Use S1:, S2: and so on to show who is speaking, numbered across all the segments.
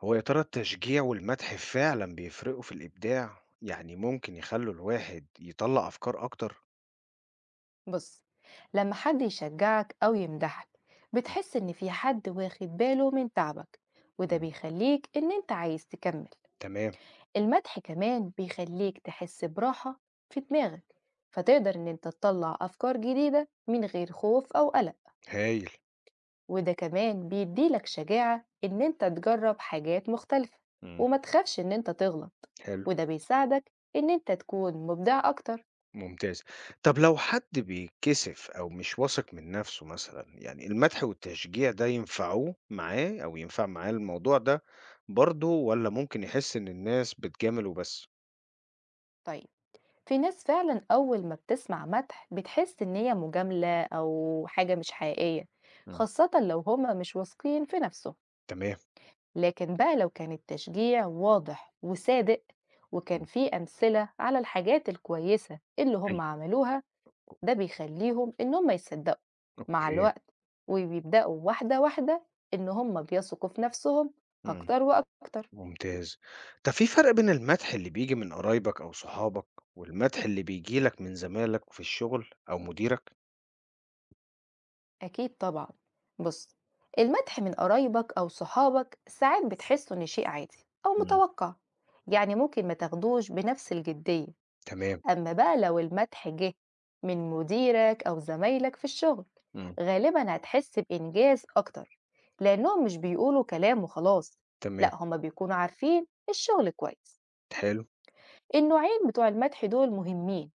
S1: هو يا ترى التشجيع والمدح فعلا بيفرقوا في الإبداع؟ يعني ممكن يخلوا الواحد يطلع أفكار أكتر؟
S2: بص، لما حد يشجعك أو يمدحك
S1: مم.
S2: بتحس إن في حد واخد باله من تعبك، وده
S1: مم.
S2: بيخليك إن أنت عايز تكمل.
S1: تمام.
S2: المدح كمان بيخليك تحس براحة في دماغك، فتقدر إن أنت تطلع أفكار جديدة من غير خوف أو قلق.
S1: هايل.
S2: وده كمان بيديلك شجاعة إن أنت تجرب حاجات مختلفة
S1: مم.
S2: وما تخافش إن أنت تغلط،
S1: حلو.
S2: وده بيساعدك إن أنت تكون مبدع أكتر.
S1: ممتاز. طب لو حد بيتكسف أو مش واثق من نفسه مثلا يعني المدح والتشجيع ده ينفعوه معاه أو ينفع معاه الموضوع ده برضه ولا ممكن يحس إن الناس بتجامل وبس؟
S2: طيب، في ناس فعلا أول ما بتسمع مدح بتحس إن هي مجاملة أو حاجة مش حقيقية،
S1: مم.
S2: خاصة لو هما مش واثقين في نفسهم.
S1: تمام.
S2: لكن بقى لو كان التشجيع واضح وصادق، وكان
S1: مم.
S2: في أمثلة على الحاجات الكويسة اللي
S1: ايوه.
S2: هما عملوها، ده بيخليهم إن هما يصدقوا مع
S1: اوكي.
S2: الوقت، وبيبدأوا واحدة واحدة إن هما بيثقوا في نفسهم أكتر وأكتر.
S1: ممتاز. طب في فرق بين المدح اللي بييجي من قرايبك أو صحابك والمدح اللي بييجي لك من زمايلك في الشغل أو مديرك؟
S2: أكيد طبعا. بص، المدح من قرايبك أو صحابك ساعات بتحسه إن شيء عادي أو
S1: إمم.
S2: متوقع، يعني ممكن ما تاخدوش بنفس الجدية.
S1: تمام،
S2: أما بقى لو المدح جه من مديرك أو زمايلك في الشغل،
S1: إمم.
S2: غالبا هتحس بإنجاز أكتر، لأنهم مش بيقولوا كلام وخلاص،
S1: تمام،
S2: لأ هما بيكونوا عارفين الشغل كويس.
S1: حلو،
S2: النوعين بتوع المدح دول مهمين،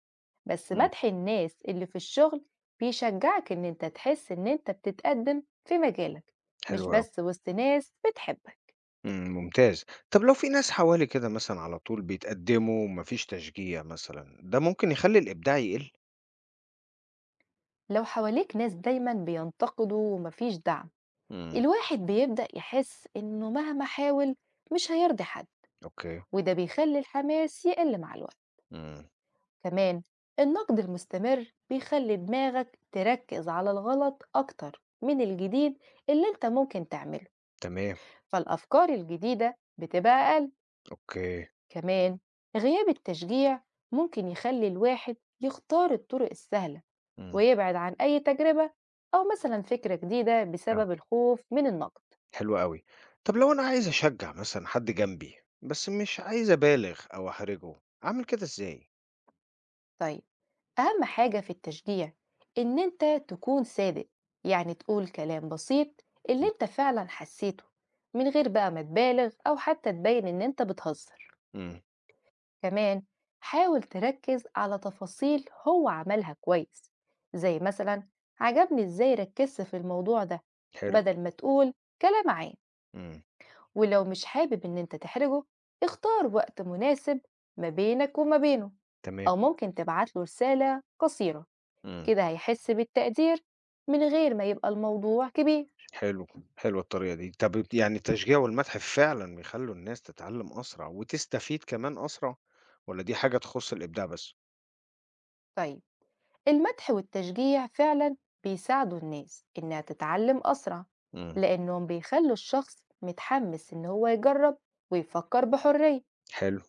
S2: بس
S1: إمم.
S2: مدح الناس اللي في الشغل بيشجعك إن أنت تحس إن أنت بتتقدم في مجالك،
S1: حلو
S2: مش
S1: أوي،
S2: بس وسط ناس بتحبك.
S1: إمم، ممتاز. طب لو في ناس حوالي كده مثلًا على طول بيتقدّموا وما فيش تشجيع مثلًا، ده ممكن يخلّي الإبداع يقِل؟
S2: لو حواليك ناس دايما بينتقدوا ومفيش دعم،
S1: إمم.
S2: الواحد بيبدأ يحس إنه مهما حاول مش هيرضي حد،
S1: أوكي،
S2: وده بيخلي الحماس يقل مع الوقت.
S1: إمم،
S2: كمان النقد المستمر بيخلي دماغك تركز على الغلط أكتر من الجديد اللي أنت ممكن تعمله،
S1: تمام،
S2: فالأفكار الجديدة بتبقى أقل.
S1: أوكي،
S2: كمان غياب التشجيع ممكن يخلي الواحد يختار الطرق السهلة
S1: إمم.
S2: ويبعد عن أي تجربة أو مثلا فكرة جديدة
S1: آه،
S2: بسبب الخوف من النقد.
S1: حلو أوي. طب لو أنا عايز أشجّع مثلًا حد جنبي، بس مش عايز أبالغ أو أحرجه، أعمل كده إزاي؟
S2: طيب، أهم حاجة في التشجيع إن أنت تكون صادق، يعني تقول كلام بسيط اللي
S1: إمم،
S2: أنت فعلا حسيته، من غير بقى ما تبالغ أو حتى تبين إن أنت بتهزر.
S1: إمم،
S2: كمان حاول تركز على تفاصيل هو عملها كويس، زي مثلا عجبني ازاي ركزت في الموضوع ده،
S1: حلو،
S2: بدل ما تقول كلام عام.
S1: إمم،
S2: ولو مش حابب ان انت تحرجه، اختار وقت مناسب ما بينك وما بينه،
S1: تمام،
S2: او ممكن تبعت له رسالة قصيرة.
S1: إمم.
S2: كده هيحس بالتقدير من غير ما يبقى الموضوع كبير.
S1: حلو، حلوة الطريقة دي. طب يعني التشجيع والمدح فعلًا بيخلّوا الناس تتعلّم أسرع وتستفيد كمان أسرع والّا دي حاجة تخُص الإبداع بس؟
S2: طيب، المدح والتشجيع فعلا بيساعدوا الناس إنها تتعلم أسرع،
S1: إمم.
S2: لأنهم بيخلوا الشخص متحمس إن هو يجرب ويفكر بحرية.
S1: حلو،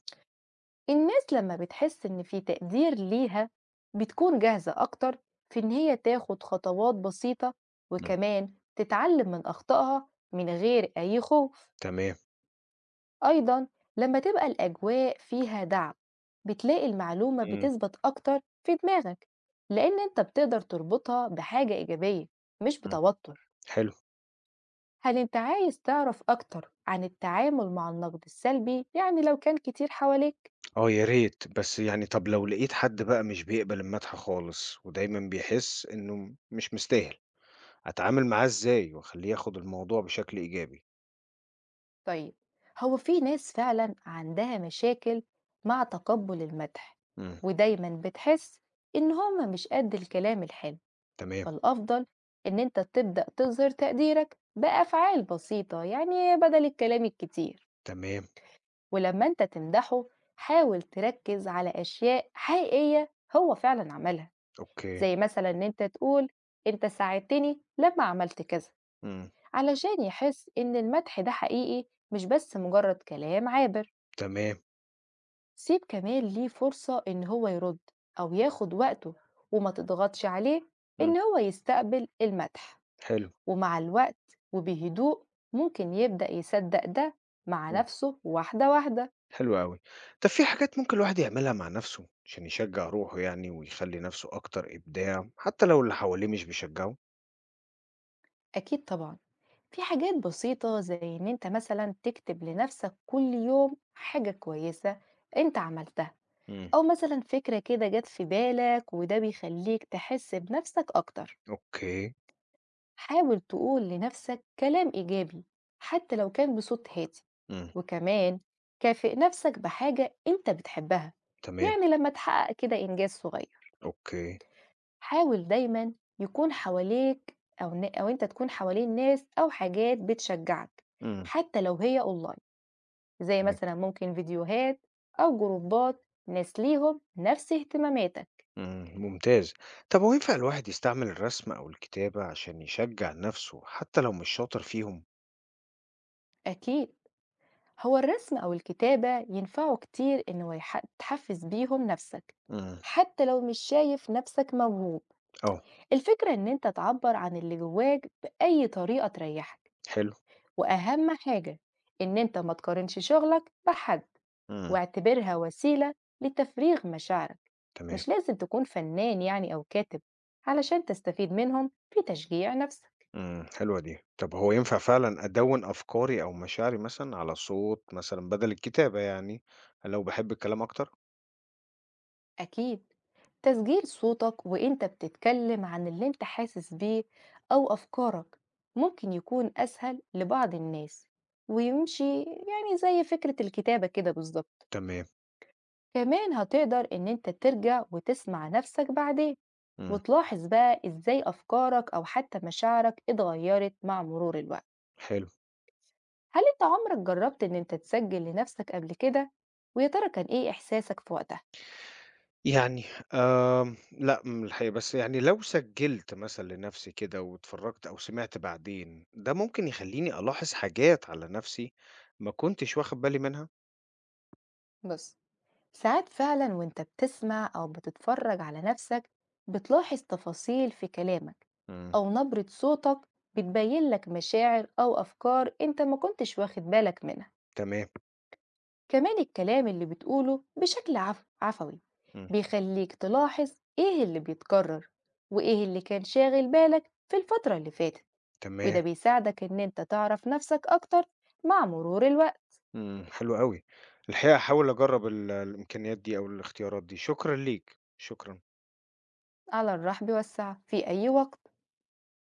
S2: الناس لما بتحس إن في تقدير ليها، بتكون جاهزة أكتر في إن هي تاخد خطوات بسيطة،
S1: إمم.
S2: وكمان تتعلم من أخطائها من غير أي خوف.
S1: تمام،
S2: أيضا لما تبقى الأجواء فيها دعم، بتلاقي المعلومة
S1: إمم،
S2: بتثبت أكتر في دماغك، لأن أنت بتقدر تربطها بحاجة إيجابية، مش
S1: إمم.
S2: بتوتر.
S1: حلو،
S2: هل أنت عايز تعرف أكتر عن التعامل مع النقد السلبي، يعني لو كان كتير حواليك؟
S1: آه يا ريت، بس يعني طب لو لقيت حد بقى مش بيقبل المدح خالص ودايمًا بيحس إنه مش مستاهل، أتعامل معاه إزاي وأخلّيه ياخُد الموضوع بشكل إيجابي؟
S2: طيب، هو في ناس فعلا عندها مشاكل مع تقبل المدح،
S1: إمم.
S2: ودايما بتحس إن هما مش قد الكلام الحلو.
S1: تمام،
S2: فالأفضل إن أنت تبدأ تظهر تقديرك بأفعال بسيطة، يعني بدل الكلام الكتير.
S1: تمام،
S2: ولما أنت تمدحه، حاول تركز على أشياء حقيقية هو فعلا عملها،
S1: أوكي،
S2: زي مثلا إن أنت تقول أنت ساعدتني لما عملت كذا،
S1: إمم.
S2: علشان يحس إن المدح ده حقيقي مش بس مجرد كلام عابر.
S1: تمام.
S2: سيب كمان ليه فرصة إن هو يرد أو ياخد وقته، وما تضغطش عليه
S1: إمم.
S2: إن هو يستقبل المدح.
S1: حلو،
S2: ومع الوقت وبهدوء، ممكن يبدأ يصدق ده مع
S1: إمم،
S2: نفسه واحدة واحدة.
S1: حلو أوي. طب في حاجات ممكن الواحد يعملها مع نَفْسه عشان يشجّع روحه يعني ويخلّي نَفْسه أكتر إبداع، حتى لو اللي حواليه مش بيشجّعه؟
S2: أكيد طبعا. في حاجات بسيطة زي إن أنت مثلا تكتب لنفسك كل يوم حاجة كويسة أنت عملتها،
S1: إمم،
S2: أو مثلا فكرة كده جت في بالك، وده بيخليك تحس بنفسك أكتر.
S1: أوكي،
S2: حاول تقول لنفسك كلام إيجابي، حتى لو كان بصوت هادي.
S1: إمم،
S2: وكمان كافئ نفسك بحاجة أنت بتحبها،
S1: تمام،
S2: يعني لما تحقق كده إنجاز صغير.
S1: أوكي،
S2: حاول دايمًا يكون حواليك أو أنت تكون حوالين ناس أو حاجات بتشجّعك،
S1: إمم،
S2: حتى لو هي أونلاين، زي
S1: تمام،
S2: مثلًا ممكن فيديوهات أو جروبات ناس ليهم نفس اهتماماتك.
S1: إمم، ممتاز. طب هو ينفع الواحد يستعمل الرسم أو الكتابة عشان يشجّع نَفْسه حتى لو مش شاطر فيهم؟
S2: أكيد. هو الرسم أو الكتابة ينفعوا كتير إنه تحفّز بيهم نفسك،
S1: إمم،
S2: حتى لو مش شايف نفسك موهوب.
S1: آه،
S2: الفكرة إن أنت تعبّر عن اللي جواك بأي طريقة تريّحك،
S1: حلو،
S2: وأهم حاجة إن أنت ما تقارنش شغلك بحد.
S1: إمم،
S2: واعتبرها وسيلة لتفريغ مشاعرك.
S1: تمام.
S2: مش لازم تكون فنان يعني أو كاتب علشان تستفيد منهم في تشجيع نفسك.
S1: إمم، حلوة دي. طب هو ينفع فعلًا أدوّن أفكاري أو مشاعري مثلًا على صوت مثلًا بدل الكتابة يعني، لو باحب الكلام أكتر؟
S2: أكيد، تسجيل صوتك وإنت بتتكلم عن اللي إنت حاسس بيه أو أفكارك ممكن يكون أسهل لبعض الناس، ويمشي يعني زي فكرة الكتابة كده بالظبط.
S1: تمام،
S2: كمان هتقدر إن إنت ترجع وتسمع نفسك بعدين،
S1: إمم،
S2: وتلاحظ بقى إزاي أفكارك أو حتى مشاعرك اتغيرت مع مرور الوقت.
S1: حلو.
S2: هل أنت عمرك جربت إن أنت تسجل لنفسك قبل كده؟ ويا ترى كان إيه إحساسك في وقتها؟
S1: يعني لأ الحقيقة بس يعني لو سجّلت مثلًا لنفسي كده واتفرّجت أو سمعت بعدين، ده ممكن يخلّيني ألاحظ حاجات على نفسي ما كنتش واخد بالي منها؟
S2: بص، ساعات فعلا وأنت بتسمع أو بتتفرج على نفسك بتلاحظ تفاصيل في كلامك
S1: إمم،
S2: أو نبرة صوتك، بتبين لك مشاعر أو أفكار أنت ما كنتش واخد بالك منها.
S1: تمام،
S2: كمان الكلام اللي بتقوله بشكل عفوي
S1: إمم،
S2: بيخليك تلاحظ إيه اللي بيتكرر وإيه اللي كان شاغل بالك في الفترة اللي فاتت، وده
S1: تمام،
S2: بيساعدك إن أنت تعرف نفسك أكتر مع مرور الوقت.
S1: إمم، حلو أوي. الحقيقة هاحاول أجرّب ال الإمكانيات دي أو الاختيارات دي. شكرًا ليك، شكرًا.
S2: على الرحب والسعة، في أي وقت.